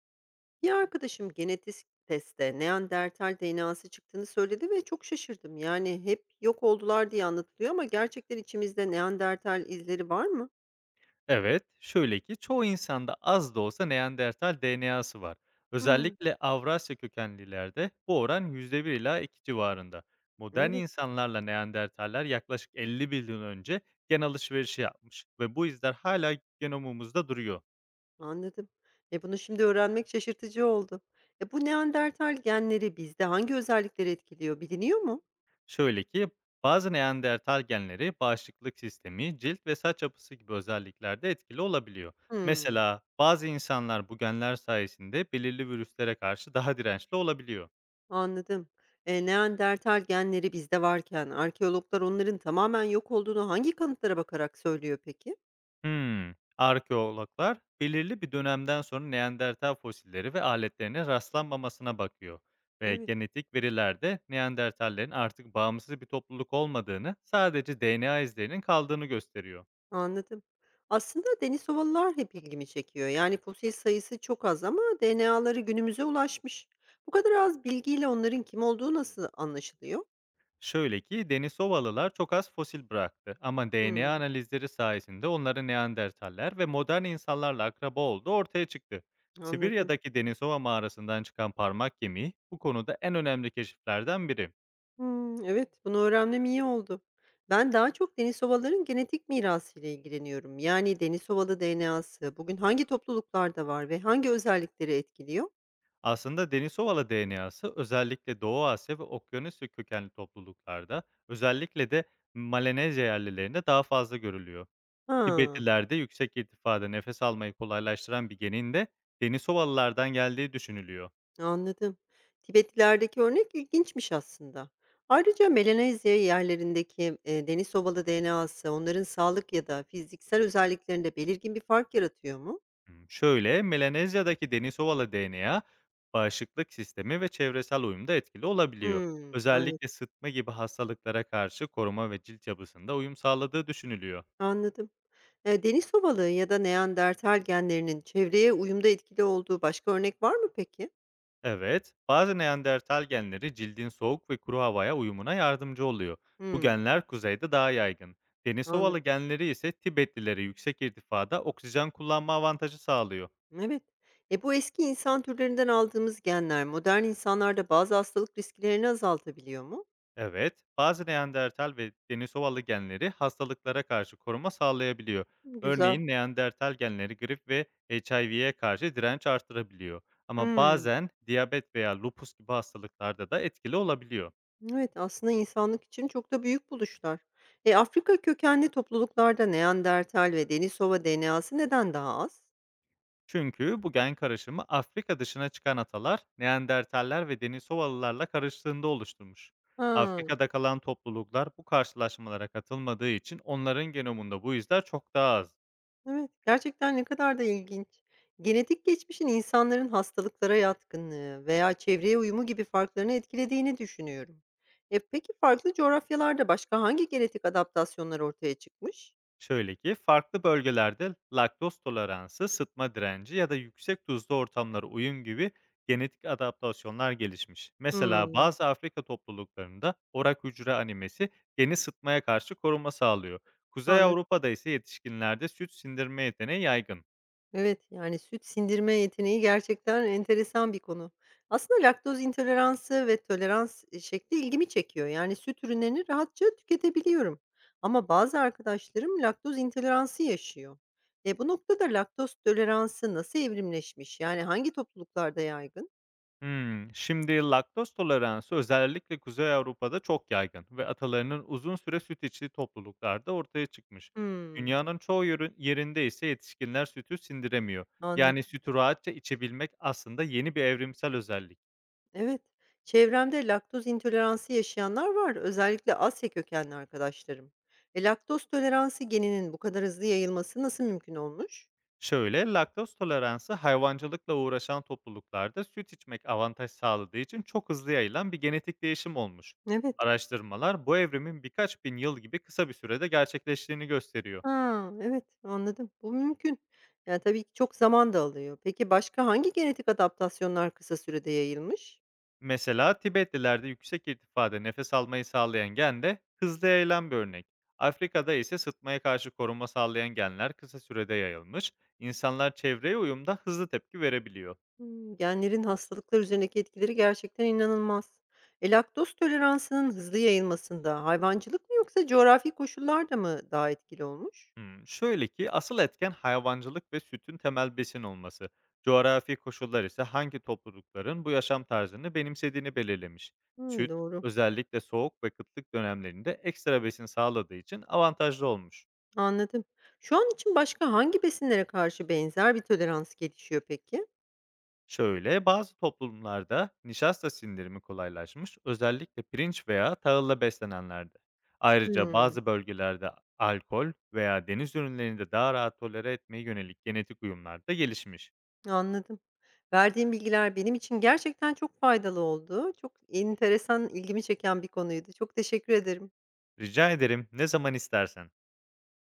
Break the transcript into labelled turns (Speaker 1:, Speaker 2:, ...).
Speaker 1: Bir arkadaşım genetik testte Neandertal DNA'sı çıktığını söyledi ve çok şaşırdım. Yani hep yok oldular diye anlatılıyor ama gerçekten içimizde Neandertal izleri var mı?
Speaker 2: Evet, şöyle ki çoğu insanda az da olsa Neandertal DNA'sı var.
Speaker 1: Hmm,
Speaker 2: Özellikle Avrasya kökenlilerde bu oran %1 ila %2 civarında. Modern
Speaker 1: evet
Speaker 2: insanlarla Neandertaller yaklaşık 50 milyon önce gen alışverişi yapmış ve bu izler hala genomumuzda duruyor.
Speaker 1: anladım. Bunu şimdi öğrenmek şaşırtıcı oldu. Bu Neandertal genleri bizde hangi özellikleri etkiliyor biliniyor mu?
Speaker 2: Şöyle ki bazı Neandertal genleri bağışıklık sistemi, cilt ve saç yapısı gibi özelliklerde etkili olabiliyor.
Speaker 1: Hmm,
Speaker 2: Mesela bazı insanlar bu genler sayesinde belirli virüslere karşı daha dirençli olabiliyor.
Speaker 1: anladım. Neandertal genleri bizde varken arkeologlar onların tamamen yok olduğunu hangi kanıtlara bakarak söylüyor peki?
Speaker 2: Arkeologlar belirli bir dönemden sonra Neandertal fosilleri ve aletlerine rastlanmamasına bakıyor ve
Speaker 1: Evet.
Speaker 2: genetik verilerde Neandertallerin artık bağımsız bir topluluk olmadığını, sadece DNA izlerinin kaldığını gösteriyor.
Speaker 1: Anladım. Aslında deniz ovalılar hep ilgimi çekiyor. Yani fosil sayısı çok az ama DNA'ları günümüze ulaşmış. Bu kadar az bilgiyle onların kim olduğu nasıl anlaşılıyor?
Speaker 2: Şöyle ki Denisovalılar çok az fosil bıraktı ama DNA
Speaker 1: Hmm,
Speaker 2: analizleri sayesinde onların Neandertaller ve modern insanlarla akraba olduğu ortaya çıktı.
Speaker 1: anladım.
Speaker 2: Sibirya'daki Denisova mağarasından çıkan parmak kemiği bu konuda en önemli keşiflerden biri.
Speaker 1: Hmm, evet, bunu öğrenmem iyi oldu. Ben daha çok deniz ovaların genetik mirası ile ilgileniyorum. Yani deniz ovalı DNA'sı bugün hangi topluluklarda var ve hangi özellikleri etkiliyor?
Speaker 2: Aslında deniz koala DNA'sı özellikle Doğu Asya ve Okyanusya kökenli topluluklarda, özellikle de Malezya yerlilerinde daha fazla görülüyor.
Speaker 1: Ha.
Speaker 2: Tibetlilerde yüksek irtifada nefes almayı kolaylaştıran bir genin de deniz koalalardan geldiği düşünülüyor.
Speaker 1: Anladım. Tibetlilerdeki örnek ilginçmiş aslında. Ayrıca Melanezya yerlerindeki deniz sobalı DNA'sı onların sağlık ya da fiziksel özelliklerinde belirgin bir fark yaratıyor mu?
Speaker 2: Şöyle, Melanezya'daki deniz koala DNA bağışıklık sistemi ve çevresel uyumda etkili olabiliyor.
Speaker 1: Hmm, evet,
Speaker 2: Özellikle sıtma gibi hastalıklara karşı koruma ve cilt yapısında uyum sağladığı düşünülüyor.
Speaker 1: anladım. Deniz sobalığı ya da Neandertal genlerinin çevreye uyumda etkili olduğu başka örnek var mı peki?
Speaker 2: Evet, bazı Neandertal genleri cildin soğuk ve kuru havaya uyumuna yardımcı oluyor. Bu
Speaker 1: Hmm,
Speaker 2: genler kuzeyde daha yaygın. Denisovalı
Speaker 1: anladım.
Speaker 2: genleri ise Tibetlilere yüksek irtifada oksijen kullanma avantajı sağlıyor.
Speaker 1: Evet. Bu eski insan türlerinden aldığımız genler modern insanlarda bazı hastalık risklerini azaltabiliyor mu?
Speaker 2: Evet, bazı Neandertal ve Denisovalı genleri hastalıklara karşı koruma sağlayabiliyor.
Speaker 1: Güzel.
Speaker 2: Örneğin Neandertal genleri grip ve HIV'ye karşı direnç artırabiliyor. Ama
Speaker 1: Hmm.
Speaker 2: bazen diyabet veya lupus gibi hastalıklarda da etkili olabiliyor.
Speaker 1: Evet, aslında insanlık için çok da büyük buluşlar. Afrika kökenli topluluklarda Neandertal ve Denisova DNA'sı neden daha az?
Speaker 2: Çünkü bu gen karışımı Afrika dışına çıkan atalar Neandertaller ve Denisovalılarla karıştığında oluşturmuş.
Speaker 1: Ha,
Speaker 2: Afrika'da kalan topluluklar bu karşılaşmalara katılmadığı için onların genomunda bu izler çok daha az.
Speaker 1: evet, gerçekten ne kadar da ilginç. Genetik geçmişin insanların hastalıklara yatkınlığı veya çevreye uyumu gibi farklarını etkilediğini düşünüyorum. Peki farklı coğrafyalarda başka hangi genetik adaptasyonlar ortaya çıkmış?
Speaker 2: Şöyle ki farklı bölgelerde laktoz toleransı, sıtma direnci ya da yüksek tuzlu ortamlara uyum gibi genetik adaptasyonlar gelişmiş. Mesela
Speaker 1: Hmm,
Speaker 2: bazı Afrika topluluklarında orak hücre animesi geni sıtmaya karşı koruma sağlıyor. Kuzey
Speaker 1: anladım.
Speaker 2: Avrupa'da ise yetişkinlerde süt sindirme yeteneği yaygın.
Speaker 1: Evet, yani süt sindirme yeteneği gerçekten enteresan bir konu. Aslında laktoz intoleransı ve tolerans şekli ilgimi çekiyor. Yani süt ürünlerini rahatça tüketebiliyorum. Ama bazı arkadaşlarım laktoz intoleransı yaşıyor. Bu noktada laktoz toleransı nasıl evrimleşmiş? Yani hangi topluluklarda yaygın?
Speaker 2: Şimdi laktoz toleransı özellikle Kuzey Avrupa'da çok yaygın ve atalarının uzun süre süt içtiği topluluklarda ortaya çıkmış.
Speaker 1: Hmm,
Speaker 2: Dünyanın çoğu yörü yerinde ise yetişkinler sütü sindiremiyor. Yani
Speaker 1: anladım.
Speaker 2: sütü rahatça içebilmek aslında yeni bir evrimsel özellik.
Speaker 1: Evet. Çevremde laktoz intoleransı yaşayanlar var. Özellikle Asya kökenli arkadaşlarım. Laktoz toleransı geninin bu kadar hızlı yayılması nasıl mümkün olmuş?
Speaker 2: Şöyle, laktoz toleransı hayvancılıkla uğraşan topluluklarda süt içmek avantaj sağladığı için çok hızlı yayılan bir genetik değişim olmuş.
Speaker 1: Evet.
Speaker 2: Araştırmalar bu evrimin birkaç 1.000 yıl gibi kısa bir sürede gerçekleştiğini gösteriyor.
Speaker 1: Ha, evet, anladım. Bu mümkün. Yani, tabii ki çok zaman da alıyor. Peki başka hangi genetik adaptasyonlar kısa sürede yayılmış?
Speaker 2: Mesela Tibetlilerde yüksek irtifada nefes almayı sağlayan gen de hızlı yayılan bir örnek. Afrika'da ise sıtmaya karşı koruma sağlayan genler kısa sürede yayılmış. İnsanlar çevreye uyumda hızlı tepki verebiliyor.
Speaker 1: Genlerin hastalıklar üzerindeki etkileri gerçekten inanılmaz. Laktoz toleransının hızlı yayılmasında hayvancılık mı yoksa coğrafi koşullar da mı daha etkili olmuş?
Speaker 2: Şöyle ki asıl etken hayvancılık ve sütün temel besin olması. Coğrafi koşullar ise hangi toplulukların bu yaşam tarzını benimsediğini belirlemiş.
Speaker 1: Hıı,
Speaker 2: Süt
Speaker 1: doğru.
Speaker 2: özellikle soğuk ve kıtlık dönemlerinde ekstra besin sağladığı için avantajlı olmuş.
Speaker 1: Anladım. Şu an için başka hangi besinlere karşı benzer bir tolerans gelişiyor peki?
Speaker 2: Şöyle, bazı toplumlarda nişasta sindirimi kolaylaşmış, özellikle pirinç veya tahılla beslenenlerde. Ayrıca
Speaker 1: Hımm,
Speaker 2: bazı bölgelerde alkol veya deniz ürünlerini de daha rahat tolere etmeye yönelik genetik uyumlar da gelişmiş.
Speaker 1: anladım. Verdiğin bilgiler benim için gerçekten çok faydalı oldu. Çok enteresan, ilgimi çeken bir konuydu. Çok teşekkür ederim.
Speaker 2: Rica ederim, ne zaman istersen.